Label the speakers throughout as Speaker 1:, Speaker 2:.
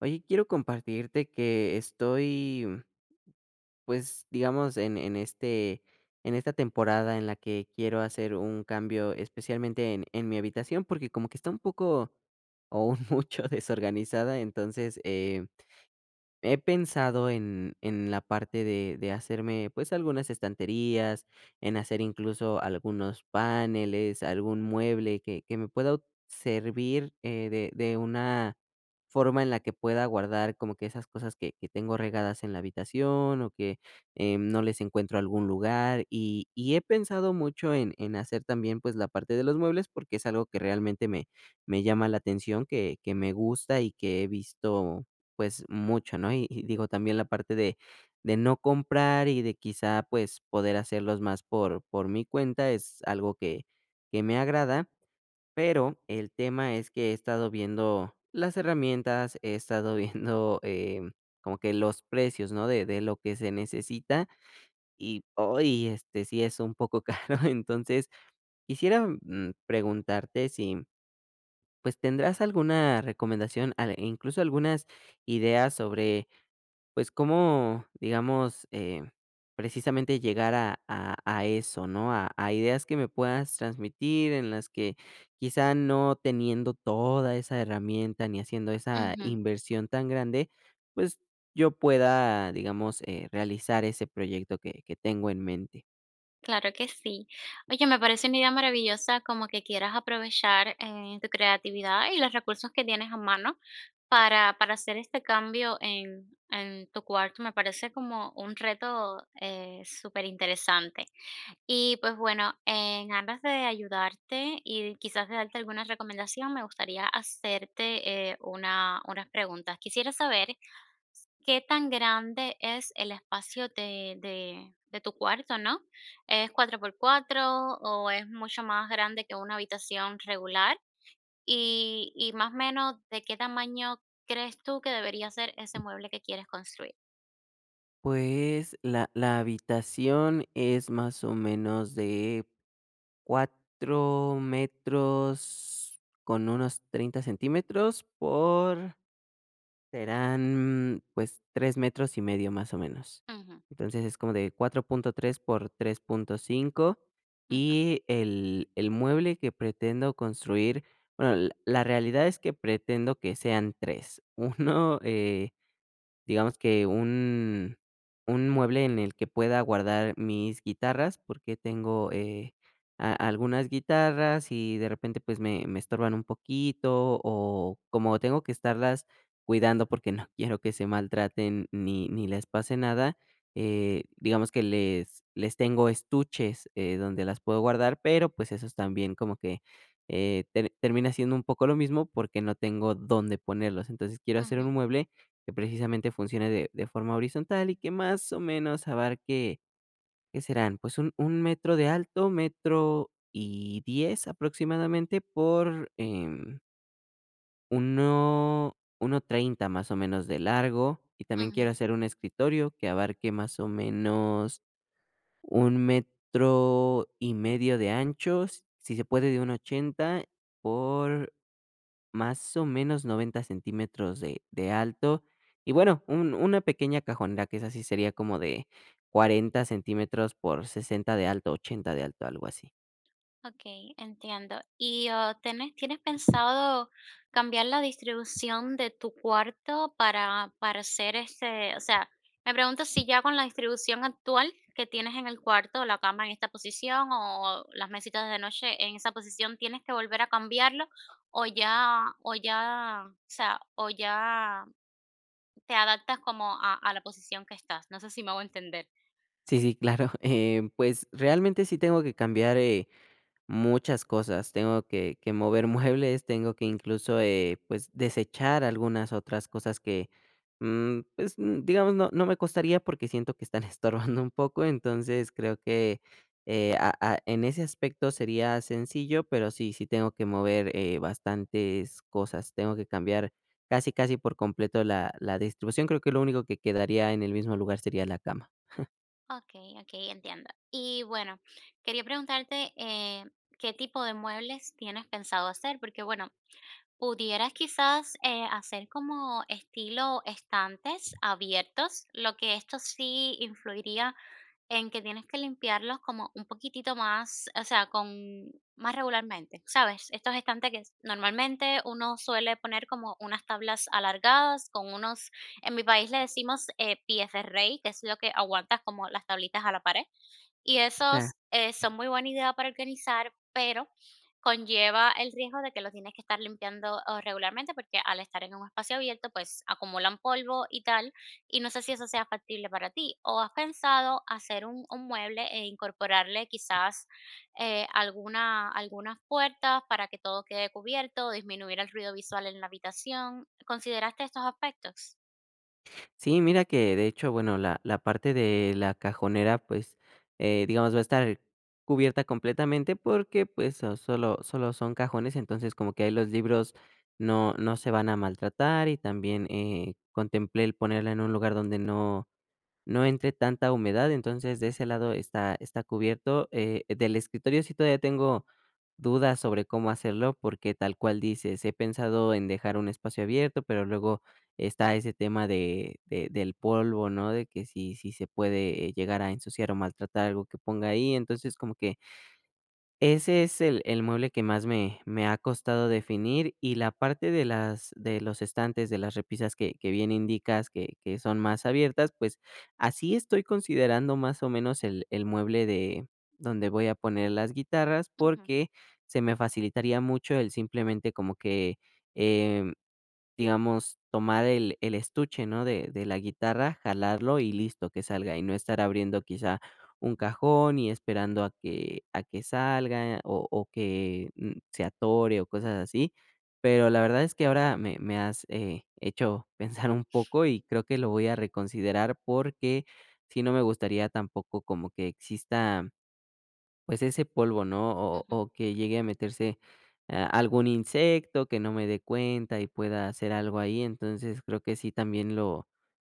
Speaker 1: Oye, quiero compartirte que estoy, pues, digamos, en esta temporada en la que quiero hacer un cambio, especialmente en mi habitación, porque como que está un poco o un mucho desorganizada. Entonces, he pensado en la parte de hacerme, pues, algunas estanterías, en hacer incluso algunos paneles, algún mueble que me pueda ut servir, de una forma en la que pueda guardar como que esas cosas que tengo regadas en la habitación o que, no les encuentro algún lugar. Y he pensado mucho en hacer también, pues, la parte de los muebles, porque es algo que realmente me llama la atención, que me gusta y que he visto, pues, mucho, ¿no? Y digo, también la parte de no comprar y de quizá, pues, poder hacerlos más por mi cuenta es algo que me agrada. Pero el tema es que he estado viendo las herramientas, he estado viendo, como que los precios, ¿no? De lo que se necesita. Y, hoy, sí es un poco caro. Entonces, quisiera, preguntarte si, pues, ¿tendrás alguna recomendación, al incluso algunas ideas sobre, pues, cómo, digamos, precisamente llegar a eso, ¿no? A ideas que me puedas transmitir, en las que quizá no teniendo toda esa herramienta, ni haciendo esa
Speaker 2: Ujú,
Speaker 1: inversión tan grande, pues, yo pueda, digamos, realizar ese proyecto que tengo en mente.
Speaker 2: claro que sí. Oye, me parece una idea maravillosa como que quieras aprovechar tu creatividad y los recursos que tienes a mano para hacer este cambio en tu cuarto. Me parece como un reto súper interesante. Y pues bueno, en aras de ayudarte y quizás de darte alguna recomendación, me gustaría hacerte unas preguntas. Quisiera saber, ¿qué tan grande es el espacio de tu cuarto, no? ¿Es 4 por 4 o es mucho más grande que una habitación regular? Y más o menos, ¿de qué tamaño crees tú que debería ser ese mueble que quieres construir?
Speaker 1: Pues, la habitación es más o menos de 4 metros con unos 30 centímetros por... Serán, pues, 3 metros y medio, más o menos.
Speaker 2: Ujú,
Speaker 1: Entonces, es como de 4,3 por 3,5.
Speaker 2: ujú,
Speaker 1: Y el mueble que pretendo construir, bueno, la realidad es que pretendo que sean 3 uno. Digamos que un mueble en el que pueda guardar mis guitarras, porque tengo, a algunas guitarras, y de repente, pues, me estorban un poquito, o como tengo que estarlas cuidando porque no quiero que se maltraten ni les pase nada. Digamos que les tengo estuches, donde las puedo guardar, pero, pues, esos también como que, termina siendo un poco lo mismo, porque no tengo dónde ponerlos. Entonces, quiero hacer un
Speaker 2: ujú,
Speaker 1: mueble que precisamente funcione de forma horizontal y que más o menos abarque, ¿qué serán? Pues un metro de alto, metro y 10 aproximadamente por, uno treinta más o menos de largo. Y también quiero
Speaker 2: ujú.
Speaker 1: hacer un escritorio que abarque más o menos 1 metro y medio de ancho, si se puede de un ochenta por más o menos 90 centímetros de alto. Y bueno, un una pequeña cajonera, que esa sí sería como de 40 centímetros por 60 de alto, 80 de alto, algo así.
Speaker 2: Okey, entiendo. ¿Y, ah, tenés tienes pensado cambiar la distribución de tu cuarto para hacer ese, o sea, me pregunto si ya con la distribución actual que tienes en el cuarto, la cama en esta posición o las mesitas de noche en esa posición, ¿tienes que volver a cambiarlo o ya o sea, o ya te adaptas como a la posición que estás? No sé si me hago entender.
Speaker 1: Sí, sí, claro. Pues, realmente sí tengo que cambiar, eh, muchas cosas. Tengo que mover muebles. Tengo que incluso, pues, desechar algunas otras cosas que, pues, digamos, no me costaría porque siento que están estorbando un poco. Entonces, creo que, a en ese aspecto sería sencillo, pero sí, sí tengo que mover, bastantes cosas. Tengo que cambiar casi, casi por completo la distribución. Creo que lo único que quedaría en el mismo lugar sería la cama.
Speaker 2: Okey, okey, entiendo. Y bueno, quería preguntarte, ¿qué tipo de muebles tienes pensado hacer? Porque, bueno, pudieras quizás, hacer como estilo estantes abiertos, lo que esto sí influiría en que tienes que limpiarlos como un poquitito más, o sea, con más regularmente, ¿sabes? Estos estantes que normalmente uno suele poner como unas tablas alargadas con unos, en mi país le decimos, pies de rey, que es lo que aguantas como las tablitas a la pared. Y
Speaker 1: Claro.
Speaker 2: esos, son muy buena idea para organizar, pero conlleva el riesgo de que los tienes que estar limpiando, oh, regularmente, porque al estar en un espacio abierto, pues, acumulan polvo y tal, y no sé si eso sea factible para ti. ¿O has pensado hacer un mueble e incorporarle quizás, algunas puertas para que todo quede cubierto, disminuir el ruido visual en la habitación? ¿Consideraste estos aspectos?
Speaker 1: Sí, mira que de hecho, bueno, la parte de la cajonera, pues, digamos, va a estar cubierta completamente porque, pues, solo son cajones. Entonces, como que ahí los libros no, no se van a maltratar. Y también, contemplé el ponerla en un lugar donde no, no entre tanta humedad. Entonces, de ese lado está, está cubierto. Del escritorio sí todavía tengo dudas sobre cómo hacerlo, porque tal cual dices, he pensado en dejar un espacio abierto, pero luego está ese tema de del polvo, ¿no? De que si se puede, llegar a ensuciar o maltratar algo que ponga ahí. Entonces, como que ese es el mueble que más me ha costado definir. Y la parte de los estantes, de las repisas que bien indicas que son más abiertas. Pues, así estoy considerando más o menos el mueble de donde voy a poner las guitarras,
Speaker 2: Ujú,
Speaker 1: porque se me facilitaría mucho el simplemente, como que, em, digamos, tomar el estuche, ¿no?, de la guitarra, jalarlo y listo, que salga. Y no estar abriendo quizá un cajón y esperando a que salga, o que, se atore o cosas así. Pero la verdad es que ahora me has, hecho pensar un poco, y creo que lo voy a reconsiderar, porque si no, me gustaría tampoco como que exista pues ese polvo, ¿no? O
Speaker 2: ujú.
Speaker 1: o que llegue a meterse, algún insecto que no me dé cuenta y pueda hacer algo ahí. Entonces, creo que sí también lo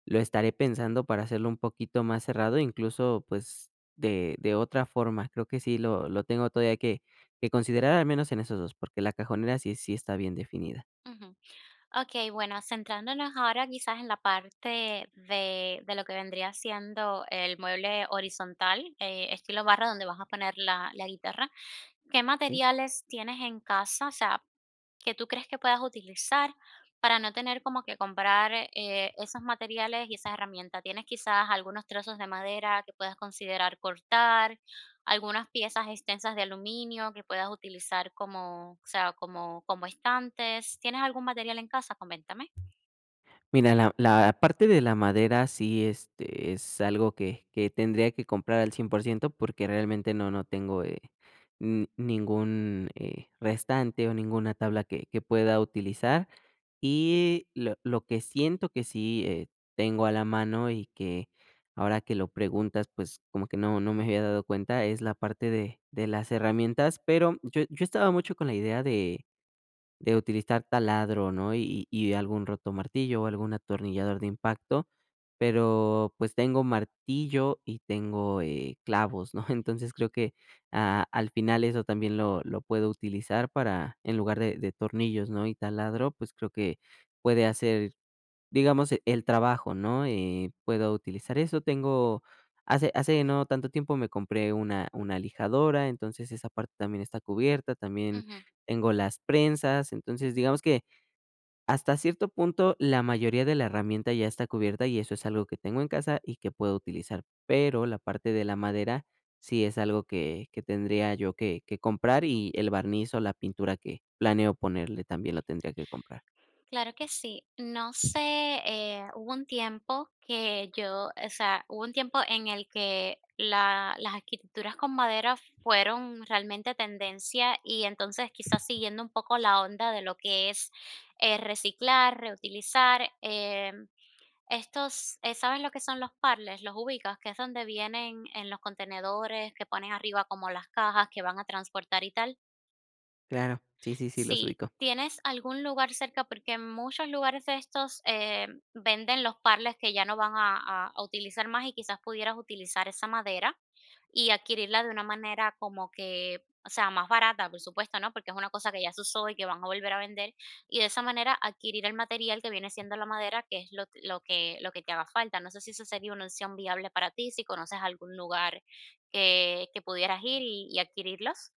Speaker 1: lo estaré pensando para hacerlo un poquito más cerrado, incluso, pues, de otra forma. Creo que sí lo tengo todavía que considerar, al menos en esos dos, porque la cajonera sí está bien definida.
Speaker 2: Ujú. Okey, bueno, centrándonos ahora quizás en la parte de lo que vendría siendo el mueble horizontal, estilo barra donde vas a poner la guitarra. ¿Qué
Speaker 1: ¿Sí?
Speaker 2: materiales tienes en casa? O sea, que tú crees que puedas utilizar para no tener como que comprar esos materiales y esas herramientas. Tienes quizás algunos trozos de madera que puedas considerar cortar, algunas piezas extensas de aluminio que puedas utilizar como, o sea, como, como estantes. ¿Tienes algún material en casa? Coméntame.
Speaker 1: Mira, la parte de la madera sí, este, es algo que tendría que comprar al 100%, porque realmente no tengo, n ningún, restante o ninguna tabla que pueda utilizar. Y lo que siento que sí, tengo a la mano y que ahora que lo preguntas, pues, como que no me había dado cuenta, es la parte de las herramientas. Pero yo estaba mucho con la idea de utilizar taladro, ¿no? Y algún rotomartillo o algún atornillador de impacto. Pero, pues, tengo martillo y tengo, clavos, ¿no? Entonces, creo que, al final eso también lo puedo utilizar para en lugar de tornillos, ¿no? Y taladro, pues, creo que puede hacer, digamos, el trabajo, ¿no? Puedo utilizar eso. Tengo, hace no tanto tiempo, me compré una lijadora. Entonces, esa parte también está cubierta. También tengo las prensas. Entonces, digamos que, hasta cierto punto, la mayoría de la herramienta ya está cubierta, y eso es algo que tengo en casa y que puedo utilizar. Pero la parte de la madera sí es algo que tendría yo que comprar, y el barniz o la pintura que planeo ponerle también lo tendría que comprar.
Speaker 2: Claro que sí. No sé, hubo un tiempo que yo, o sea, hubo un tiempo en el que las arquitecturas con madera fueron realmente tendencia y entonces quizás siguiendo un poco la onda de lo que es reciclar, reutilizar. Estos, ¿sabes lo que son los parles? Los ubicas, que es donde vienen en los contenedores, que ponen arriba como las cajas que van a transportar y tal.
Speaker 1: Claro, sí, sí, sí, los
Speaker 2: Sí,
Speaker 1: ubico.
Speaker 2: ¿tienes algún lugar cerca? Porque en muchos lugares de estos venden los parles que ya no van a, a utilizar más y quizás pudieras utilizar esa madera y adquirirla de una manera como que, o sea, más barata, por supuesto, ¿no? Porque es una cosa que ya se usó y que van a volver a vender. Y de esa manera adquirir el material que viene siendo la madera, que es lo que te haga falta. No sé si eso sería una opción viable para ti, si conoces algún lugar que pudieras ir y adquirirlos.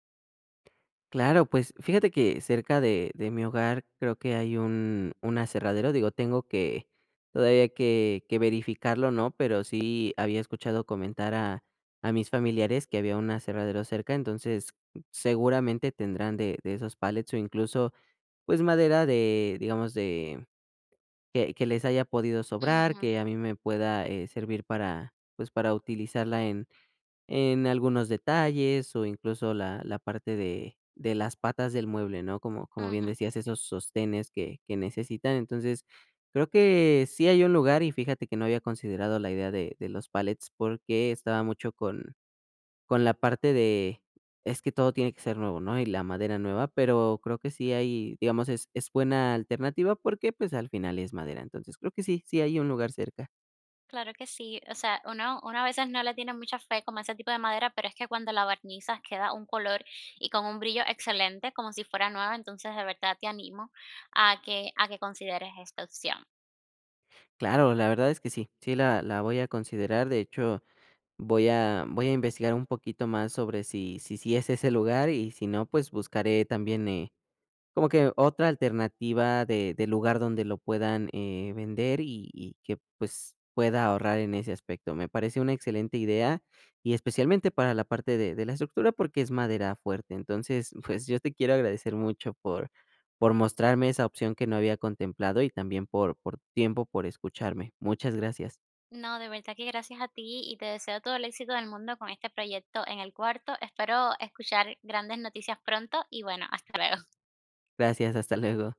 Speaker 1: Claro, pues fíjate que cerca de mi hogar, creo que hay un aserradero. Digo, tengo que todavía que verificarlo, ¿no? Pero sí había escuchado comentar a mis familiares que había un aserradero cerca. Entonces, seguramente tendrán de esos pallets, o incluso, pues, madera de, digamos, de que les haya podido sobrar,
Speaker 2: Ujú,
Speaker 1: que a mí me pueda, servir para, pues, para utilizarla en algunos detalles, o incluso la parte de las patas del mueble, ¿no? Como bien
Speaker 2: ujú.
Speaker 1: decías, esos sostenes que necesitan. Entonces, creo que sí hay un lugar. Y fíjate que no había considerado la idea de los palets, porque estaba mucho con la parte de: "Es que todo tiene que ser nuevo", ¿no? Y la madera nueva. Pero creo que sí hay, digamos, es buena alternativa, porque, pues, al final es madera. Entonces, creo que sí, sí hay un lugar cerca.
Speaker 2: Claro que sí, o sea, uno, uno a veces no le tiene mucha fe como a ese tipo de madera, pero es que cuando la barnizas queda un color y con un brillo excelente, como si fuera nueva, entonces de verdad te animo a que consideres esta opción.
Speaker 1: Claro, la verdad es que sí, sí la voy a considerar. De hecho, voy a investigar un poquito más sobre si si es ese lugar, y si no, pues, buscaré también, como que otra alternativa de lugar donde lo puedan, vender, y que, pues, pueda ahorrar en ese aspecto. Me parece una excelente idea, y especialmente para la parte de la estructura, porque es madera fuerte. Entonces, pues, yo te quiero agradecer mucho por mostrarme esa opción que no había contemplado, y también por tu tiempo, por escucharme. Muchas gracias.
Speaker 2: No, de verdad que gracias a ti y te deseo todo el éxito del mundo con este proyecto en el cuarto. Espero escuchar grandes noticias pronto y bueno, hasta luego.
Speaker 1: Gracias, hasta luego.